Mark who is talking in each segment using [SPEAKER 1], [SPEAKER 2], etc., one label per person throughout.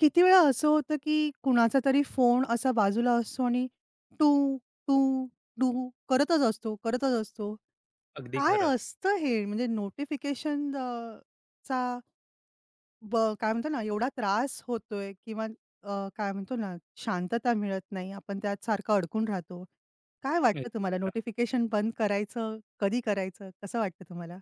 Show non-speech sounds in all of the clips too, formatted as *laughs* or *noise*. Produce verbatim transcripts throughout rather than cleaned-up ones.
[SPEAKER 1] किती वेळा असं होतं, की कुणाचा तरी फोन असा बाजूला असतो आणि टू, टू, टू करतच असतो, करतच असतो.
[SPEAKER 2] अगदी
[SPEAKER 1] काय
[SPEAKER 2] खरं.
[SPEAKER 1] असतं हे? म्हणजे नोटिफिकेशन अ, चा ब काय म्हणतो ना, एवढा त्रास होतोय किंवा अ, काय म्हणतो ना, शांतता मिळत नाही. आपण त्यात सारखं अडकून राहतो. काय
[SPEAKER 2] हं.
[SPEAKER 1] वाटतं तुम्हाला नोटिफिकेशन बंद करायचं, कधी करायचं, कसं वाटतं तुम्हाला?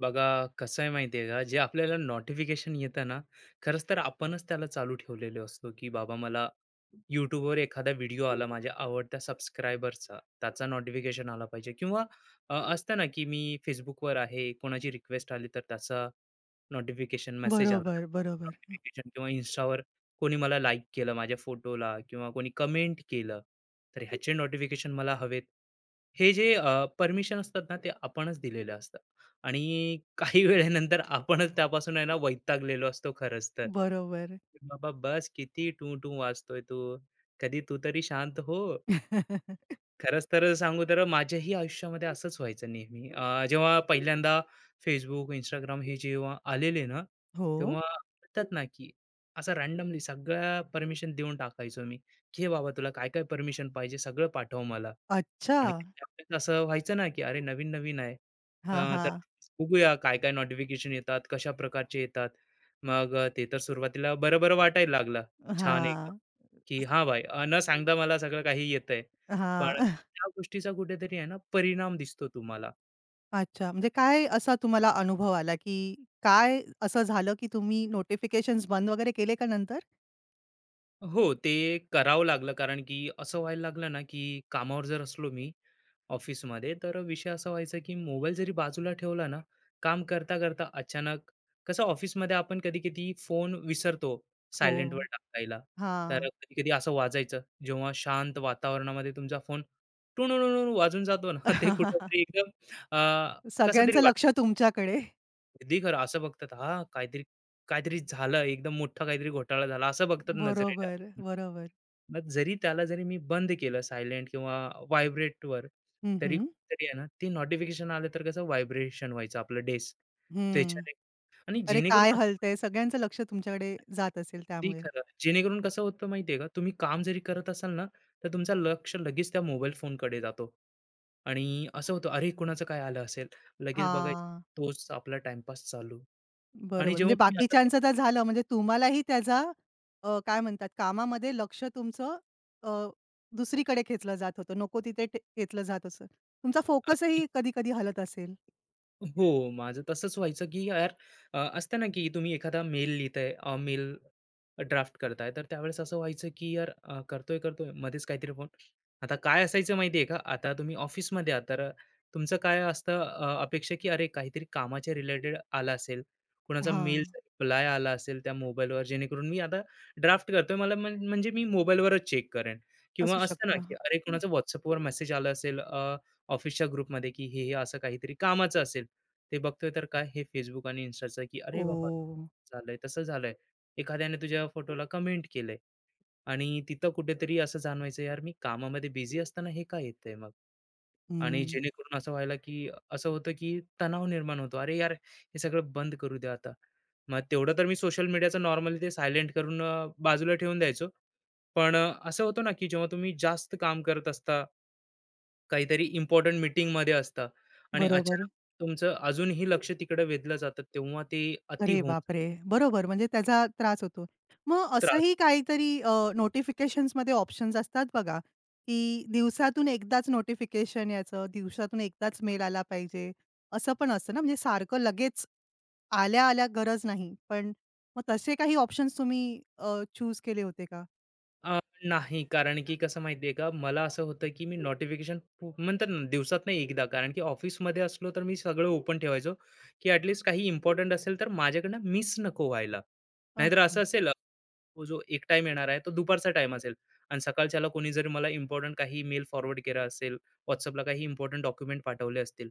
[SPEAKER 2] बघा कसं आहे माहिती आहे का जे आपल्याला नोटिफिकेशन येतं ना, खरंच तर आपणच त्याला चालू ठेवलेले असतो की बाबा मला यूट्यूबवर एखादा व्हिडिओ आला माझ्या आवडत्या सबस्क्रायबरचा त्याचा नोटिफिकेशन आला पाहिजे, किंवा अ, असतं ना की मी फेसबुकवर आहे, कोणाची रिक्वेस्ट आली तर त्याचा नोटिफिकेशन मेसेज आला,
[SPEAKER 1] बरोबर, बरोबर.
[SPEAKER 2] नोटिफिकेशन किंवा इन्स्टावर कोणी मला लाईक केलं माझ्या फोटोला किंवा कोणी कमेंट केलं तर ह्याचे नोटिफिकेशन मला हवेत. हे जे परमिशन असतात ना ते आपणच दिलेले असतात आणि काही वेळेनंतर आपणच त्यापासून आहे ना वैतागलेलो असतो खरंच तर.
[SPEAKER 1] बरोबर.
[SPEAKER 2] "बाबा बस किती टू टू वाजतोय तू. कधी तू तरी शांत हो."
[SPEAKER 1] *laughs*
[SPEAKER 2] खरंच तर सांगू तर माझ्याही आयुष्यामध्ये असंच व्हायचं नेहमी. अ, जेव्हा पहिल्यांदा Facebook, Instagram हे जेव्हा आलेले ना,
[SPEAKER 1] हो.
[SPEAKER 2] तेव्हा म्हणतात ना, की असं रँडमली सगळ्या परमिशन देऊन टाकायचो मी, की "हे बाबा तुला काय-काय परमिशन पाहिजे सगळं पाठव मला."
[SPEAKER 1] अच्छा.
[SPEAKER 2] आणि त्यावेळेस असं व्हायचं ना, की अरे नवीन-नवीन आहे. अ,
[SPEAKER 1] हां,
[SPEAKER 2] तर
[SPEAKER 1] हां.
[SPEAKER 2] बघूया काय-काय नोटिफिकेशन येतात, कशा प्रकारचे येतात. मग अ, ते तर सुरुवातीला बरं-बरं वाटायला लागलं. हो. छान एकदम,
[SPEAKER 1] हां.
[SPEAKER 2] की हां भाई, अ, न सांगता मला सगळं काही येतंय. पण
[SPEAKER 1] हां.
[SPEAKER 2] त्या गोष्टीचा कुठेतरी आहे ना परिणाम दिसतो तुम्हाला.
[SPEAKER 1] अच्छा. म्हणजे
[SPEAKER 2] जसं
[SPEAKER 1] काय
[SPEAKER 2] की
[SPEAKER 1] असा तुम्हाला अनुभव आला, की काय असं झालं, की तुम्ही नोटिफिकेशन्स बंद वगैरे केले का नंतर?
[SPEAKER 2] हो, ते करावं लागलं कारण की असं व्हायला लागलं ना, की कामावर जर असलो मी, ऑफिसमध्ये. तर विषय असा व्हायचा की मोबाईल जरी बाजूला ठेवला ना, काम करता करता अचानक कसं ऑफिसमध्ये आपण कधी-कधी फोन विसरतो
[SPEAKER 1] हो.
[SPEAKER 2] सायलेंटवर टाकायला. तर
[SPEAKER 1] हां.
[SPEAKER 2] कधी-कधी असं वाजायचं, जेव्हा शांत वातावरणामध्ये तुमचा फोन टुणूनूनून वाजून जातो ना, *laughs* ते
[SPEAKER 1] *laughs*
[SPEAKER 2] कुठेतरी एकदम अ, कसं तरी
[SPEAKER 1] सगळ्यांचं
[SPEAKER 2] वाटतं.
[SPEAKER 1] लक्ष तुमच्याकडे.
[SPEAKER 2] अगदी खरं. असं बघतात, हां, काहीतरी काहीतरी झालं, एकदम मोठा काहीतरी घोटाळा झाला असं बघतात नजरेने.
[SPEAKER 1] बरोबर, बरोबर.
[SPEAKER 2] मग जरी त्याला जरी मी बंद केलं सायलेंट किंवा व्हायब्रेटवर,
[SPEAKER 1] हं,
[SPEAKER 2] तरी
[SPEAKER 1] हं.
[SPEAKER 2] कुठेतरी आहे ना, ते नोटिफिकेशन आलं तर कसं व्हायब्रेशन व्हायचं आपलं डेस्क.
[SPEAKER 1] हं.
[SPEAKER 2] त्याच्याने आणि
[SPEAKER 1] अरे,
[SPEAKER 2] जेणेकरून
[SPEAKER 1] काय हलतंय? सगळ्यांचं लक्ष तुमच्याकडे जात असेल
[SPEAKER 2] अगदी
[SPEAKER 1] त्यामुळे.
[SPEAKER 2] खरं. जेणेकरून कसं होतं माहिती का, तुम्ही काम जरी करत असाल ना, तर तुमचं लक्ष लगेच त्या मोबाईल फोनकडे जातो. आणि असं होतं, "अरे, कुणाचं काय आलं असेल?" लगेच बघायचं,
[SPEAKER 1] हां.
[SPEAKER 2] तोच आपला टाईमपास चालू. आणि
[SPEAKER 1] बरोबर.
[SPEAKER 2] जेव्हा
[SPEAKER 1] म्हणजे
[SPEAKER 2] तुम्ही आता ते
[SPEAKER 1] बाकीच्यांचं तर झालं म्हणजे तुम्हालाही त्याचा अ, काय म्हणतात कामामध्ये लक्ष तुमचं अ, दुसरीकडे खेचलं जात होतं. नको तिथे टे खेचलं जात असं. तुमचा
[SPEAKER 2] अगदी
[SPEAKER 1] फोकसही कधी-कधी हलत असेल.
[SPEAKER 2] हो, माझं तसंच व्हायचं, की यार अ, असतं ना, की तुम्ही एखादा मेल लिहिताय, अ, मेल ड्राफ्ट करताय, तर त्यावेळेस असं व्हायचं, की यार, अ, करतोय करतोय, मध्येच काहीतरी फोन. आता काय असायचं माहिती का, आता तुम्ही ऑफिसमध्ये आहात, तर तुमचं काय असतं अ, अपेक्षा, की अरे काहीतरी कामाच्या रिलेटेड आला असेल, कुणाचा
[SPEAKER 1] हां,
[SPEAKER 2] मेल रिप्लाय आला असेल त्या मोबाईलवर, जेणेकरून मी आता ड्राफ्ट करतोय, मला म्हण म्हणजे मी मोबाईलवरच चेक करेन किंवा
[SPEAKER 1] असू
[SPEAKER 2] असतं ना,
[SPEAKER 1] शकतो.
[SPEAKER 2] की
[SPEAKER 1] हां.
[SPEAKER 2] अरे कुणाचा WhatsAppवर मेसेज आला असेल ऑफिसच्या ग्रुपमध्ये, की हे, हे असं काहीतरी कामाचं असेल. ते बघतोय तर काय हे Facebook आणि Instaचं, की अरे बाबा
[SPEAKER 1] ओह!
[SPEAKER 2] झालंय तसं झालंय. एखाद्याने तुझ्या फोटोला कमेंट केलंय. आणि तिथं कुठेतरी असं जाणवायचं, यार मी कामामध्ये बिझी असताना हे का येतंय मग? आणि
[SPEAKER 1] हं.
[SPEAKER 2] जेणेकरून असं व्हायला, की असं होतं, की तणाव निर्माण होतो. अरे यार, हे सगळं बंद करू द्या आता. मग तेवढं तर मी सोशल मीडियाचं नॉर्मली ते सायलेंट करून अ, बाजूला ठेवून द्यायचो. पण अ, असं होतं ना, की जेव्हा तुम्ही जास्त काम करत असता, काहीतरी इम्पोर्टंट मीटिंगमध्ये असता आणि
[SPEAKER 1] बरोबर.
[SPEAKER 2] अचानक तुमचं अजूनही लक्ष तिकडे वेधलं जातं, तेव्हा ते अति
[SPEAKER 1] अरे
[SPEAKER 2] होऊन
[SPEAKER 1] बापरे! बरोबर म्हणजे त्याचा त्रास होतो. मग
[SPEAKER 2] त्रास
[SPEAKER 1] असंही
[SPEAKER 2] होतो.
[SPEAKER 1] काहीतरी अ, नोटिफिकेशन्समध्ये ऑप्शन्स असतात बघा, की दिवसातून एकदाच नोटिफिकेशन याचं, दिवसातून एकदाच मेल आला पाहिजे, असं पण असतं ना, म्हणजे सारखं लगेच आल्या-आल्या गरज नाही. पण मग तसे काही ऑप्शन्स तुम्ही चूज केले होते का?
[SPEAKER 2] अ, नाही, कारण की कसं माहिती का, मला असं होतं की मी नोटिफिकेशन खूप म्हणतात ना, दिवसातनं एकदा, कारण की ऑफिसमध्ये असलो तर मी सगळं ओपन ठेवायचो, की ॲटलीस्ट काही इम्पोर्टंट असेल तर माझ्याकडनं मिस नको व्हायला. नाहीतर असं
[SPEAKER 1] अच्छा.
[SPEAKER 2] असेल, अ, तो जो एक टाइम येणार आहे, तो दुपारचा टाईम असेल आणि सकाळच्याला कोणी जरी मला इम्पोर्टंट काही मेल फॉरवर्ड केला असेल, WhatsAppला काही इम्पोर्टंट डॉक्युमेंट पाठवले असतील,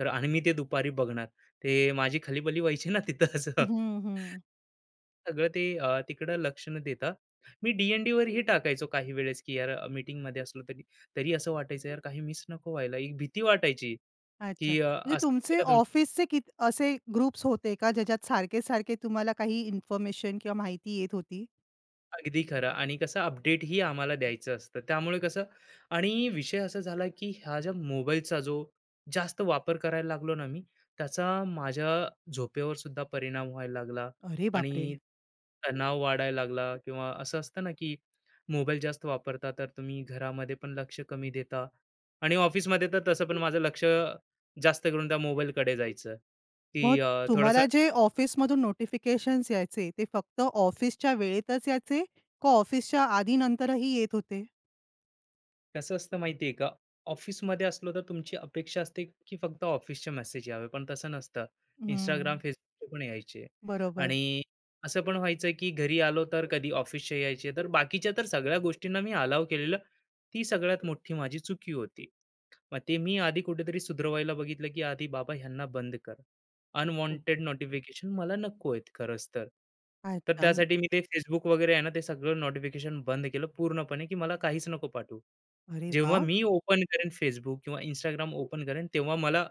[SPEAKER 2] तर आणि मी ते दुपारी बघणार, ते माझी खलीबली व्हायची ना तिथं असं.
[SPEAKER 1] हं, हं.
[SPEAKER 2] सगळं ते अ, तिकडं लक्ष न देता मी डी अँड डी वरही टाकायचो काही वेळेस, की यार मीटिंग मीटिंगमध्ये असलो तरी तरी असं वाटायचं यार काही मिस नको व्हायला. एक भीती वाटायची,
[SPEAKER 1] अच्छा.
[SPEAKER 2] की अ,
[SPEAKER 1] म्हणजे
[SPEAKER 2] हं.
[SPEAKER 1] तुमचे
[SPEAKER 2] असं
[SPEAKER 1] ऑफिसचे कित असे ग्रुप्स होते का, ज्याच्यात सारखे-सारखे तुम्हाला काही इन्फॉर्मेशन किंवा माहिती येत होती?
[SPEAKER 2] अगदी खरं आणि कसं अपडेटही आम्हाला द्यायचं असतं. त्यामुळे कसं, आणि विषय असा झाला की हा ज्या मोबाईलचा जो जास्त वापर करायला लागलो ना मी, त्याचा माझ्या झोपेवर सुद्धा परिणाम व्हायला लागला
[SPEAKER 1] अरे बापरे!
[SPEAKER 2] आणि तणाव वाढायला लागला किंवा असं असतं ना की मोबाईल जास्त वापरता तर तुम्ही घरामध्ये पण लक्ष कमी देता आणि ऑफिसमध्ये तर तसं पण माझं लक्ष जास्त करून त्या मोबाईलकडे जायचं,
[SPEAKER 1] मग
[SPEAKER 2] की अ, थोडंसं
[SPEAKER 1] तुम्हाला जे ऑफिसमधून नोटिफिकेशन्स यायचे, ते फक्त ऑफिसच्या वेळेतच यायचे का ऑफिसच्या आधी नंतरही येत होते?
[SPEAKER 2] कसं असतं माहिती आहे का? ऑफिसमध्ये असलो तर तुमची अपेक्षा असते, की फक्त ऑफिसचे मेसेज यावे. पण तसं नसतं.
[SPEAKER 1] हं,
[SPEAKER 2] Instagram, Facebookचे पण यायचे
[SPEAKER 1] बरोबर.
[SPEAKER 2] आणि असं पण व्हायचं, की घरी आलो तर कधी ऑफिसचे यायचे. तर बाकीच्या तर सगळ्या गोष्टींना मी अलाव केलेलं. ती सगळ्यात मोठी माझी चुकी होती. मग ते मी आधी कुठेतरी सुधरवायला बघितलं, की आधी बाबा ह्यांना बंद कर.
[SPEAKER 1] हो.
[SPEAKER 2] अनवॉन्टेड नोटिफिकेशन मला नको आहेत खरंच तर. तर
[SPEAKER 1] अच्छा. म-
[SPEAKER 2] त्यासाठी मी ते Facebook वगैरे आहे ना, ते सगळं नोटिफिकेशन बंद केलं पूर्णपणे, की मला काहीच नको पाठवू.
[SPEAKER 1] अरे
[SPEAKER 2] जेव्हा
[SPEAKER 1] वाह!
[SPEAKER 2] मी ओपन करेन Facebook किंवा Instagram ओपन करेन, तेव्हा मला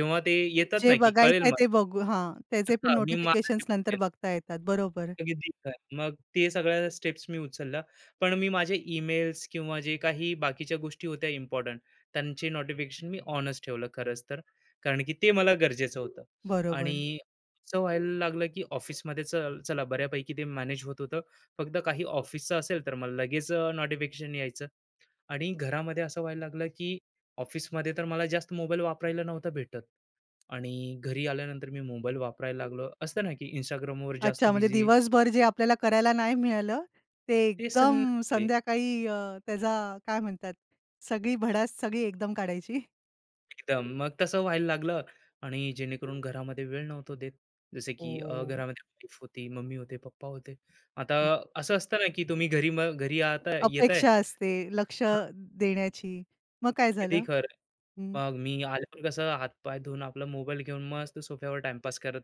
[SPEAKER 2] जेव्हा ते येतात
[SPEAKER 1] जे
[SPEAKER 2] ना, की कळेल
[SPEAKER 1] बघायचंय
[SPEAKER 2] मला.
[SPEAKER 1] ते बघू हां, त्याचे पण
[SPEAKER 2] हां, मी माझं ते
[SPEAKER 1] नोटिफिकेशन्स नंतर
[SPEAKER 2] बघेन.
[SPEAKER 1] बघता येतात. बरोबर,
[SPEAKER 2] अगदी काय. मग ते सगळ्या स्टेप्स मी उचलल्या. पण मी माझे ईमेल्स किंवा जे काही बाकीच्या गोष्टी होत्या इम्पोर्टंट, त्यांचे नोटिफिकेशन मी ऑनच ठेवलं खरंच तर. कारण की ते मला गरजेचं होतं.
[SPEAKER 1] बरोबर.
[SPEAKER 2] आणि असं व्हायला लागलं, की ऑफिसमध्ये चला बऱ्यापैकी ते मॅनेज होत होतं. फक्त काही ऑफिसचं असेल, तर मला लगेच नोटिफिकेशन यायचं. आणि घरामध्ये असं व्हायला लागलं की ऑफिसमध्ये तर मला जास्त मोबाईल वापरायला नव्हता भेटत आणि घरी आल्यानंतर मी मोबाईल वापरायला लागलो, असतं ना की इंस्टाग्रामवर जास्त
[SPEAKER 1] अच्छा, म्हणजे
[SPEAKER 2] बिझी.
[SPEAKER 1] दिवसभर जे आपल्याला करायला नाही मिळालं, ते
[SPEAKER 2] ते
[SPEAKER 1] एकदम
[SPEAKER 2] संध्याकाळी
[SPEAKER 1] संध्याकाळी अ, त्याचा काय म्हणतात, सगळी भडास सगळी एकदम काढायची?
[SPEAKER 2] एकदम मग तसं व्हायला लागलं आणि जेणेकरून घरामध्ये वेळ नव्हतो देत, जसे की अ,
[SPEAKER 1] हो.
[SPEAKER 2] घरामध्ये वाईफ होती, मम्मी होते, पप्पा होते. आता असं असतं ना की तुम्ही घरी म- घरी आता येताय.
[SPEAKER 1] अपेक्षा असते लक्ष
[SPEAKER 2] हा,
[SPEAKER 1] देण्याची. मग काय झालं? हं.
[SPEAKER 2] मग मी आल्यावर कसं हातपाय धुवून आपला मोबाईल घेऊन मस्त सोफ्यावर टाइमपास करत,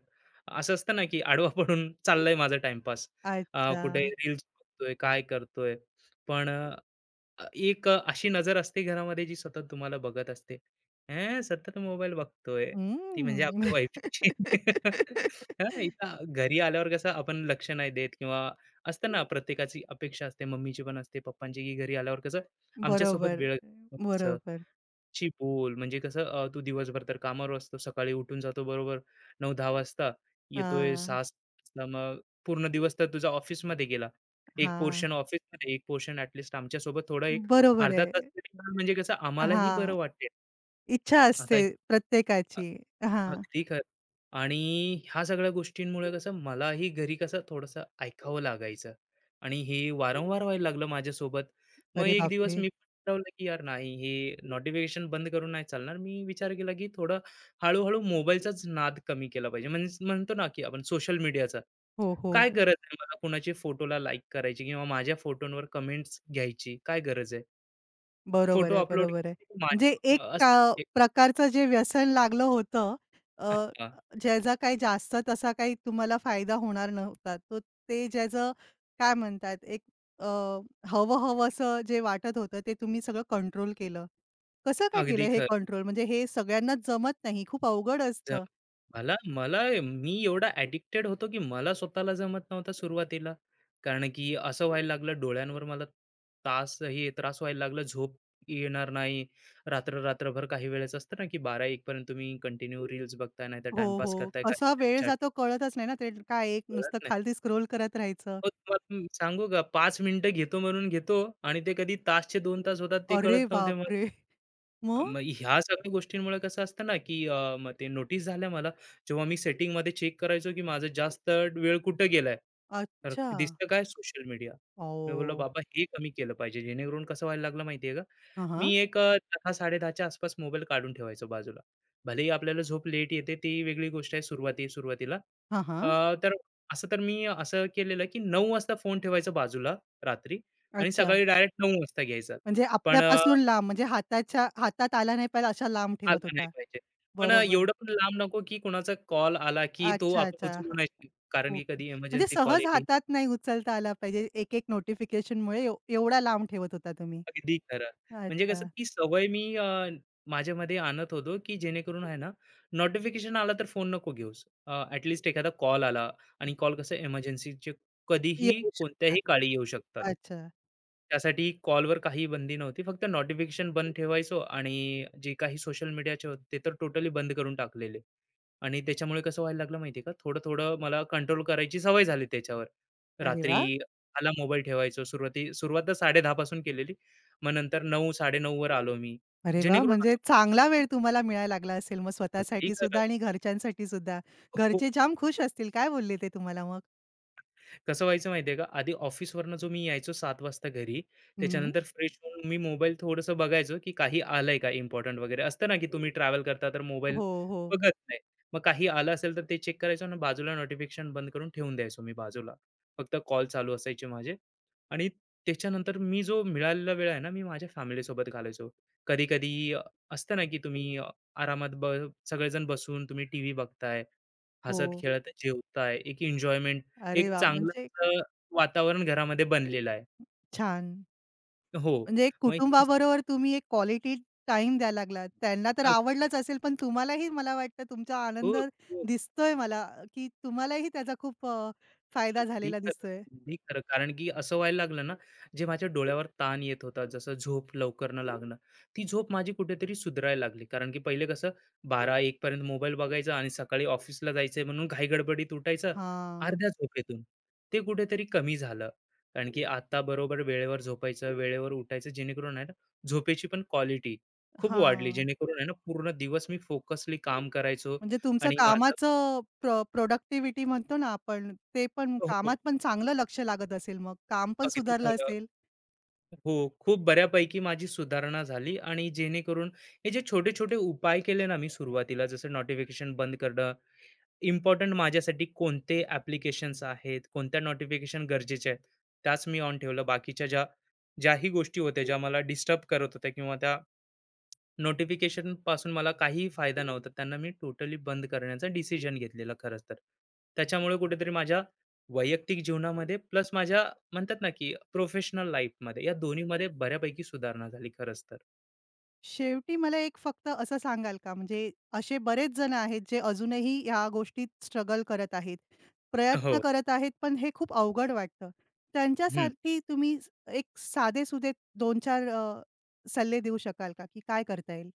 [SPEAKER 2] असं असतं ना की आडवा पडून चाललाय माझा टाइमपास. अ,
[SPEAKER 1] अच्छा.
[SPEAKER 2] कुठे रील्स बघतोय, काय करतोय. पण अ, एक अशी नजर असते घरामध्ये जी सतत तुम्हाला बघत असते, "अं, सतत मोबाईल बघतोय." ती म्हणजे आपल्या
[SPEAKER 1] हम्म.
[SPEAKER 2] वाईफची. *laughs*
[SPEAKER 1] *laughs*
[SPEAKER 2] इथं घरी आल्यावर कसं आपण लक्ष नाही देत, किंवा असतं ना प्रत्येकाची अपेक्षा असते, मम्मीची पण असते, पप्पांची, की घरी आल्यावर कसं आमच्यासोबत
[SPEAKER 1] बरोबर,
[SPEAKER 2] वेळ.
[SPEAKER 1] बरोबर.
[SPEAKER 2] ची बोल, म्हणजे कसं अ, तू दिवसभर तर कामावर असतो, सकाळी उठून जातो बरोबर नऊ दहा वाजता, येतोय
[SPEAKER 1] हां,
[SPEAKER 2] सहा सात वाजता, मग पूर्ण दिवस तर तुझा ऑफिसमध्ये गेला. एक
[SPEAKER 1] हां.
[SPEAKER 2] पोर्शन ऑफिसमध्ये, एक पोर्शन ॲटलीस्ट आमच्यासोबत थोडा एक
[SPEAKER 1] बरोबर
[SPEAKER 2] अर्धा तास
[SPEAKER 1] आहे.
[SPEAKER 2] तरी म्हणजे कसं आम्हालाही बरं
[SPEAKER 1] हां.
[SPEAKER 2] वाटेल.
[SPEAKER 1] इच्छा
[SPEAKER 2] आता
[SPEAKER 1] असते प्रत्येकाची. हां.
[SPEAKER 2] अगदी खरं. आणि ह्या सगळ्या गोष्टींमुळे कसं मलाही घरी कसं थोडंसं ऐकावं लागायचं आणि हे वारंवार व्हायला लागलं माझ्यासोबत. मग
[SPEAKER 1] अरे
[SPEAKER 2] एक दिवस
[SPEAKER 1] बापरे!
[SPEAKER 2] मी पण ठरवलं की यार नाही, हे नोटिफिकेशन बंद करून नाही चालणार. मी विचार केला की थोडं हळू मोबाईलचाच नाद कमी केला पाहिजे. म्हणजे म्हणतो ना की आपण सोशल मीडियाचा.
[SPEAKER 1] हो, हो.
[SPEAKER 2] काय गरज आहे मला कुणाच्या फोटोला लाईक करायची, किंवा माझ्या फोटोंवर कमेंट्स घ्यायची काय गरज आहे?
[SPEAKER 1] बरोबर
[SPEAKER 2] फोटो
[SPEAKER 1] आहे,
[SPEAKER 2] अपलोड
[SPEAKER 1] बरोबर आहे. म्हणजे एक
[SPEAKER 2] माझ्या असतात
[SPEAKER 1] का
[SPEAKER 2] ते.
[SPEAKER 1] प्रकारचं जे व्यसन लागलं होतं, अ,
[SPEAKER 2] हां,
[SPEAKER 1] ज्याचा काही जास्त तसा काही तुम्हाला फायदा होणार नव्हता. तो ते ज्याचं काय म्हणतात एक अ, हवं-हवंसं जे वाटत होतं ते तुम्ही सगळं कंट्रोल केलं. कसं काय केलं
[SPEAKER 2] अगदी
[SPEAKER 1] हे
[SPEAKER 2] खरं.
[SPEAKER 1] कंट्रोल? म्हणजे हे सगळ्यांनाच जमत नाही, खूप अवघड असतं.
[SPEAKER 2] मला मला मी एवढा ॲडिक्टेड होतो की मला स्वतःला जमत नव्हता सुरुवातीला. कारण की असं व्हायला लागलं, डोळ्यांवर मला तास हे त्रास व्हायला लागला. झोप येणार नाही. रात्र रात्रभर काही वेळेस असतं ना की बारा एक पर्यंत तुम्ही कंटिन्यू रील्स बघताय, नाहीतर
[SPEAKER 1] हो,
[SPEAKER 2] टाईमपास
[SPEAKER 1] हो.
[SPEAKER 2] करताय
[SPEAKER 1] कसा
[SPEAKER 2] काहीतरी
[SPEAKER 1] वेळ
[SPEAKER 2] चॅटिंग,
[SPEAKER 1] जातो कळतच नाही ना. ते काय एक
[SPEAKER 2] कळत
[SPEAKER 1] नुसतं
[SPEAKER 2] नाही.
[SPEAKER 1] खालती स्क्रोल करत राहायचं.
[SPEAKER 2] हो, तुम्हाला मी सांगू का, पाच मिनिटं घेतो म्हणून घेतो आणि ते कधी तासचे दोन तास होतात ते
[SPEAKER 1] अरे
[SPEAKER 2] कळत नव्हते.
[SPEAKER 1] बापरे! मग?
[SPEAKER 2] मग ह्या सगळ्या गोष्टींमुळे कसं असतं ना, की अ, मग ते नोटीस झाल्या मला. जेव्हा मी सेटिंगमध्ये चेक करायचो, की माझा जास्त वेळ कुठं गेलाय, तर
[SPEAKER 1] अच्छा.
[SPEAKER 2] दिसतं काय, सोशल मीडिया. मी बोललो,
[SPEAKER 1] ओह!
[SPEAKER 2] "बाबा हे कमी केलं पाहिजे." जेणेकरून कसं व्हायला लागलं माहिती का?
[SPEAKER 1] हां,
[SPEAKER 2] मी एक, अ, दहा-साडे दहा च्या आसपास मोबाईल काढून ठेवायचो बाजूला. भलेही आपल्याला झोप लेट येते ती वेगळी गोष्ट आहे, सुरुवाती सुरुवातीला.
[SPEAKER 1] हां,
[SPEAKER 2] अ,
[SPEAKER 1] हां.
[SPEAKER 2] तर असं तर मी असं केलेलं, की नऊ वाजता फोन ठेवायचा बाजूला रात्री, आणि
[SPEAKER 1] अच्छा.
[SPEAKER 2] सकाळी डायरेक्ट नऊ वाजता घ्यायचा.
[SPEAKER 1] म्हणजे
[SPEAKER 2] पण
[SPEAKER 1] आपल्यापासून लांब म्हणजे हाताच्या हातात आला नाही पाहिजे अशा लांब ठेवत
[SPEAKER 2] आला नाही
[SPEAKER 1] होता.
[SPEAKER 2] पाहिजे. पण अ,
[SPEAKER 1] बरोबर.
[SPEAKER 2] एवढं पण लांब नको की कोणाचा कॉल आला की तो
[SPEAKER 1] अच्छा,
[SPEAKER 2] आपण
[SPEAKER 1] अच्छा.
[SPEAKER 2] उचलू
[SPEAKER 1] हां,
[SPEAKER 2] नाही शकत. कारण की
[SPEAKER 1] ओके.
[SPEAKER 2] कधी
[SPEAKER 1] म्हणजे
[SPEAKER 2] इमर्जन्सी कॉल
[SPEAKER 1] सहज
[SPEAKER 2] येईल,
[SPEAKER 1] हातात नाही उचलता आला पाहिजे. एक-एक नोटिफिकेशनमुळे एव एवढा लांब ठेवत होता तुम्ही.
[SPEAKER 2] अगदी खरं. म्हणजे कसं
[SPEAKER 1] अच्छा.
[SPEAKER 2] ती सवय मी अ, माझ्यामध्ये आणत होतो, की जेणेकरून आहे ना, नोटिफिकेशन आला तर फोन नको घेऊस. अ, ॲट लीस्ट एखादा कॉल आला, आणि कॉल कसं इमर्जन्सीचे कधीही,
[SPEAKER 1] येऊ
[SPEAKER 2] कोणत्याही
[SPEAKER 1] शकतात.
[SPEAKER 2] काळी येऊ शकतात.
[SPEAKER 1] अच्छा.
[SPEAKER 2] त्यासाठी कॉलवर काही बंदी नव्हती. फक्त नोटिफिकेशन बंद ठेवायचो आणि जे काही सोशल मीडियाचे होते, ते तर टोटली बंद करून टाकलेले. आणि त्याच्यामुळे कसं व्हायला लागलं माहिती का, थोडं-थोडं मला कंट्रोल करायची सवय झाली त्याच्यावर.
[SPEAKER 1] अरे वाह!
[SPEAKER 2] रात्री दहा मोबाईल ठेवायचो. सुरुवाती सुरुवात तर साडे दहा पासून केलेली. मग नंतर नऊ, साडे नऊ वर आलो मी.
[SPEAKER 1] अरे वाह!
[SPEAKER 2] जेणेकरून
[SPEAKER 1] म्हणजे
[SPEAKER 2] असं
[SPEAKER 1] चांगला वेळ तुम्हाला मिळायला लागला असेल मग
[SPEAKER 2] कधी
[SPEAKER 1] स्वतःसाठी
[SPEAKER 2] खरं
[SPEAKER 1] सुद्धा आणि घरच्यांसाठी सुद्धा.
[SPEAKER 2] हो.
[SPEAKER 1] घरचे जाम खुश असतील. काय बोलले ते तुम्हाला मग?
[SPEAKER 2] कसं व्हायचं माहितीये का? आधी ऑफिसवरनं जो मी यायचो सात वाजता घरी,
[SPEAKER 1] हं, हं.
[SPEAKER 2] त्याच्यानंतर फ्रेश होऊन मी मोबाईल थोडंसं बघायचो, की काही आलंय का इम्पोर्टंट वगैरे. असतं ना, की तुम्ही ट्रॅव्हल करता तर मोबाईल
[SPEAKER 1] हो, हो,
[SPEAKER 2] बघत नाही. मग काही आलं असेल तर ते चेक करायचो आणि बाजूला नोटिफिकेशन बंद करून ठेवून द्यायचो मी बाजूला. फक्त कॉल चालू असायचे माझे, आणि त्याच्यानंतर मी जो मिळालेला वेळ आहे ना, मी माझ्या फॅमिलीसोबत घालायचो. कधी-कधी असतं ना, की तुम्ही अ, आरामात ब सगळेजण बसून तुम्ही टीव्ही बघताय,
[SPEAKER 1] हो.
[SPEAKER 2] हसत-खेळत जेवताय. एक एन्जॉयमेंट,
[SPEAKER 1] अरे
[SPEAKER 2] एक
[SPEAKER 1] वाह!
[SPEAKER 2] चांगलं
[SPEAKER 1] म्हणजे
[SPEAKER 2] अ, वातावरण घरामध्ये बनलेलं आहे.
[SPEAKER 1] छान.
[SPEAKER 2] हो.
[SPEAKER 1] म्हणजे एक
[SPEAKER 2] मग
[SPEAKER 1] कुटुंबाबरोबर तुम्ही एक क्वालिटी टाईम द्यायला लागलात. त्यांना तर आवडलंच असेल, पण तुम्हालाही मला वाटतं तुमचा
[SPEAKER 2] हो,
[SPEAKER 1] आनंद
[SPEAKER 2] हो.
[SPEAKER 1] दिसतोय मला, की तुम्हालाही त्याचा खूप अ, फायदा
[SPEAKER 2] अगदी
[SPEAKER 1] झालेला
[SPEAKER 2] खरं,
[SPEAKER 1] दिसतोय.
[SPEAKER 2] अगदी खरं. कारण की असं व्हायला लागलं ना, जे माझ्या डोळ्यावर ताण येत होता, जसं झोप लवकर न लागणं, ती झोप माझी कुठेतरी सुधारायला लागली. कारण की पहिले कसं बारा एक पर्यंत मोबाईल बघायचा आणि सकाळी ऑफिसला जायचंय म्हणून घाईगडबडीत उठायचं
[SPEAKER 1] हां,
[SPEAKER 2] अर्ध्या झोपेतून. ते कुठेतरी कमी झालं. कारण की आता बरोबर वेळेवर झोपायचं, वेळेवर उठायचं, जेणेकरून आहे ना, झोपेची पण क्वालिटी खूप वाढली.
[SPEAKER 1] हां.
[SPEAKER 2] जेणेकरून आहे ना, पूर्ण दिवस मी फोकसली काम करायचो
[SPEAKER 1] म्हणजे तुमचं
[SPEAKER 2] आणि माझं
[SPEAKER 1] कामाचं प्र प्रोडक्टिव्हिटी म्हणतो ना आपण, ते पण
[SPEAKER 2] हो, हो.
[SPEAKER 1] कामात पण चांगलं लक्ष लागत असेल मग. काम पण
[SPEAKER 2] अगदी
[SPEAKER 1] सुधारलं
[SPEAKER 2] खरं.
[SPEAKER 1] असेल.
[SPEAKER 2] हो, खूप बऱ्यापैकी माझी सुधारणा झाली, आणि जेणेकरून हे जे छोटे-छोटे उपाय केले ना मी सुरुवातीला, जसं नोटिफिकेशन बंद करणं, इम्पोर्टंट माझ्यासाठी कोणते ॲप्लिकेशन्स आहेत, कोणत्या नोटिफिकेशन गरजेचे आहेत, त्याच मी ऑन ठेवलं. बाकीच्या ज्या ज्याही गोष्टी होत्या, ज्या मला डिस्टर्ब करत होत्या किंवा त्या नोटिफिकेशन पासून मला काहीही फायदा नव्हता, त्यांना मी टोटली बंद करण्याचा डिसिजन घेतलेला खरंच तर. त्याच्यामुळे कुठेतरी माझ्या वैयक्तिक जीवनामध्ये प्लस माझ्या म्हणतात ना, की प्रोफेशनल लाईफमध्ये, या दोन्हीमध्ये बऱ्यापैकी सुधारणा झाली खरंच तर.
[SPEAKER 1] शेवटी मला एक फक्त असं सांगाल का, म्हणजे असे बरेच जण आहेत, जे अजूनही ह्या गोष्टीत स्ट्रगल करत आहेत, प्रयत्न
[SPEAKER 2] हो.
[SPEAKER 1] करत आहेत, पण हे खूप अवघड वाटतं.
[SPEAKER 2] हं.
[SPEAKER 1] त्यांच्यासाठी तुम्ही स- एक साधे-सुधे दोन-चार अ, सल्ले देऊ शकाल का, की काय करता येईल?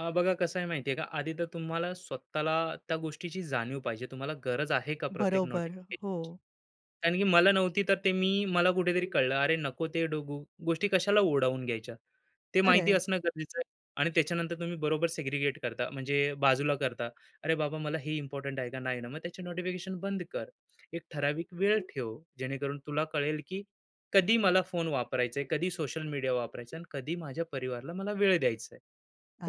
[SPEAKER 2] अ, बघा कसं आहे माहिती का, आधी तर तुम्हाला स्वतःला त्या गोष्टीची जाणीव पाहिजे. तुम्हाला गरज आहे का प्रत्येक
[SPEAKER 1] बरोबर. हो.
[SPEAKER 2] नोटिफिकेशनची? कारण की मला नव्हती, तर ते मी मला कुठेतरी कळलं, अरे नको ते डो गो गोष्टी कशाला ओढावून घ्यायच्या. ते माहिती
[SPEAKER 1] खरंय.
[SPEAKER 2] असणं गरजेचं आहे. आणि त्याच्यानंतर तुम्ही बरोबर सेग्रिगेट करता, म्हणजे बाजूला करता. "अरे बाबा, मला हे इम्पोर्टंट आहे का? नाही ना, मग त्याचे नोटिफिकेशन बंद कर." एक ठराविक वेळ ठेव, जेणेकरून तुला कळेल की कधी मला फोन वापरायचा आहे, कधी सोशल मीडिया वापरायचा, आणि कधी माझ्या परिवाराला मला वेळ द्यायचा आहे.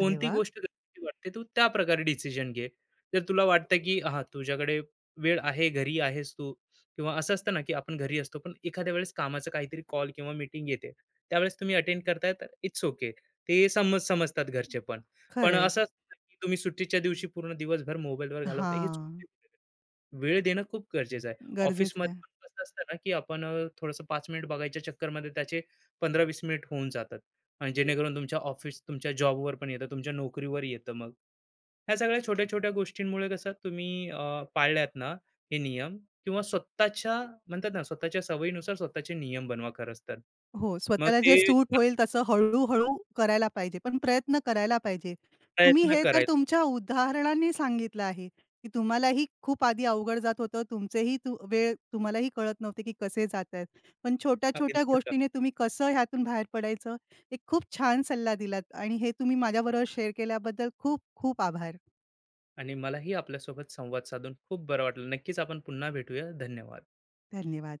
[SPEAKER 1] अरे वाह!
[SPEAKER 2] गोष्ट गरजेची वाटते तू त्याप्रकारे डिसिजन घे. जर तुला वाटतं की हां, तुझ्याकडे वेळ आहे, घरी आहेस तू, किंवा असं असतं ना, की आपण घरी असतो पण एखाद्या वेळेस कामाचा काहीतरी कॉल किंवा मीटिंग येते. त्यावेळेस तुम्ही अटेंड करताय तर इट्स ओके. ते समज समजतात घरचे पण. पण
[SPEAKER 1] खरंय.
[SPEAKER 2] असं असतं ना, की तुम्ही सुट्टीच्या दिवशी पूर्ण दिवसभर मोबाईलवर घालवताय, हे
[SPEAKER 1] हां.
[SPEAKER 2] चुकीचं आहे. वेळ देणं खूप गरजेचं आहे.
[SPEAKER 1] गरजेचं
[SPEAKER 2] ऑफिसमध्ये
[SPEAKER 1] आहे.
[SPEAKER 2] पण कसं असतं ना, की आपण अ, थोडंसं पाच मिनिट बघायच्या चक्करमध्ये त्याचे पंधरा वीस मिनिट होऊन जातात. आणि जेणेकरून तुमच्या ऑफिस तुमच्या जॉबवर पण येतं, तुमच्या नोकरीवर येतं, मग ह्या सगळ्या छोट्या छोट्या गोष्टींमुळे कसं तुम्ही अ, पाळल्यात ना हे नियम, किंवा स्वतःच्या म्हणतात ना स्वतःच्या सवयीनुसार स्वतःचे नियम बनवा खरंच तर.
[SPEAKER 1] हो,
[SPEAKER 2] मग
[SPEAKER 1] स्वतःला जे
[SPEAKER 2] ते
[SPEAKER 1] सूट होईल तसं हळू करायला पाहिजे, पण प्रयत्न करायला पाहिजे. तुम्ही
[SPEAKER 2] प्रयत्न
[SPEAKER 1] हे तर
[SPEAKER 2] करायचा.
[SPEAKER 1] तुमच्या उदाहरणाने सांगितलं आहे, की तुम्हालाही खूप आधी अवघड जात होतं. तुमचेही तू वेळ तुम्हालाही कळत नव्हते, की कसे जात आहेत. पण छोट्या-छोट्या
[SPEAKER 2] अगदी खरं.
[SPEAKER 1] गोष्टीने तुम्ही कसं ह्यातून बाहेर पडायचं, एक खूप छान सल्ला दिलात आणि हे तुम्ही माझ्याबरोबर शेअर केल्याबद्दल खूप खूप आभार.
[SPEAKER 2] आणि मलाही आपल्यासोबत संवाद साधून खूप बरं वाटलं. नक्कीच आपण पुन्हा भेटूया. धन्यवाद.
[SPEAKER 1] धन्यवाद.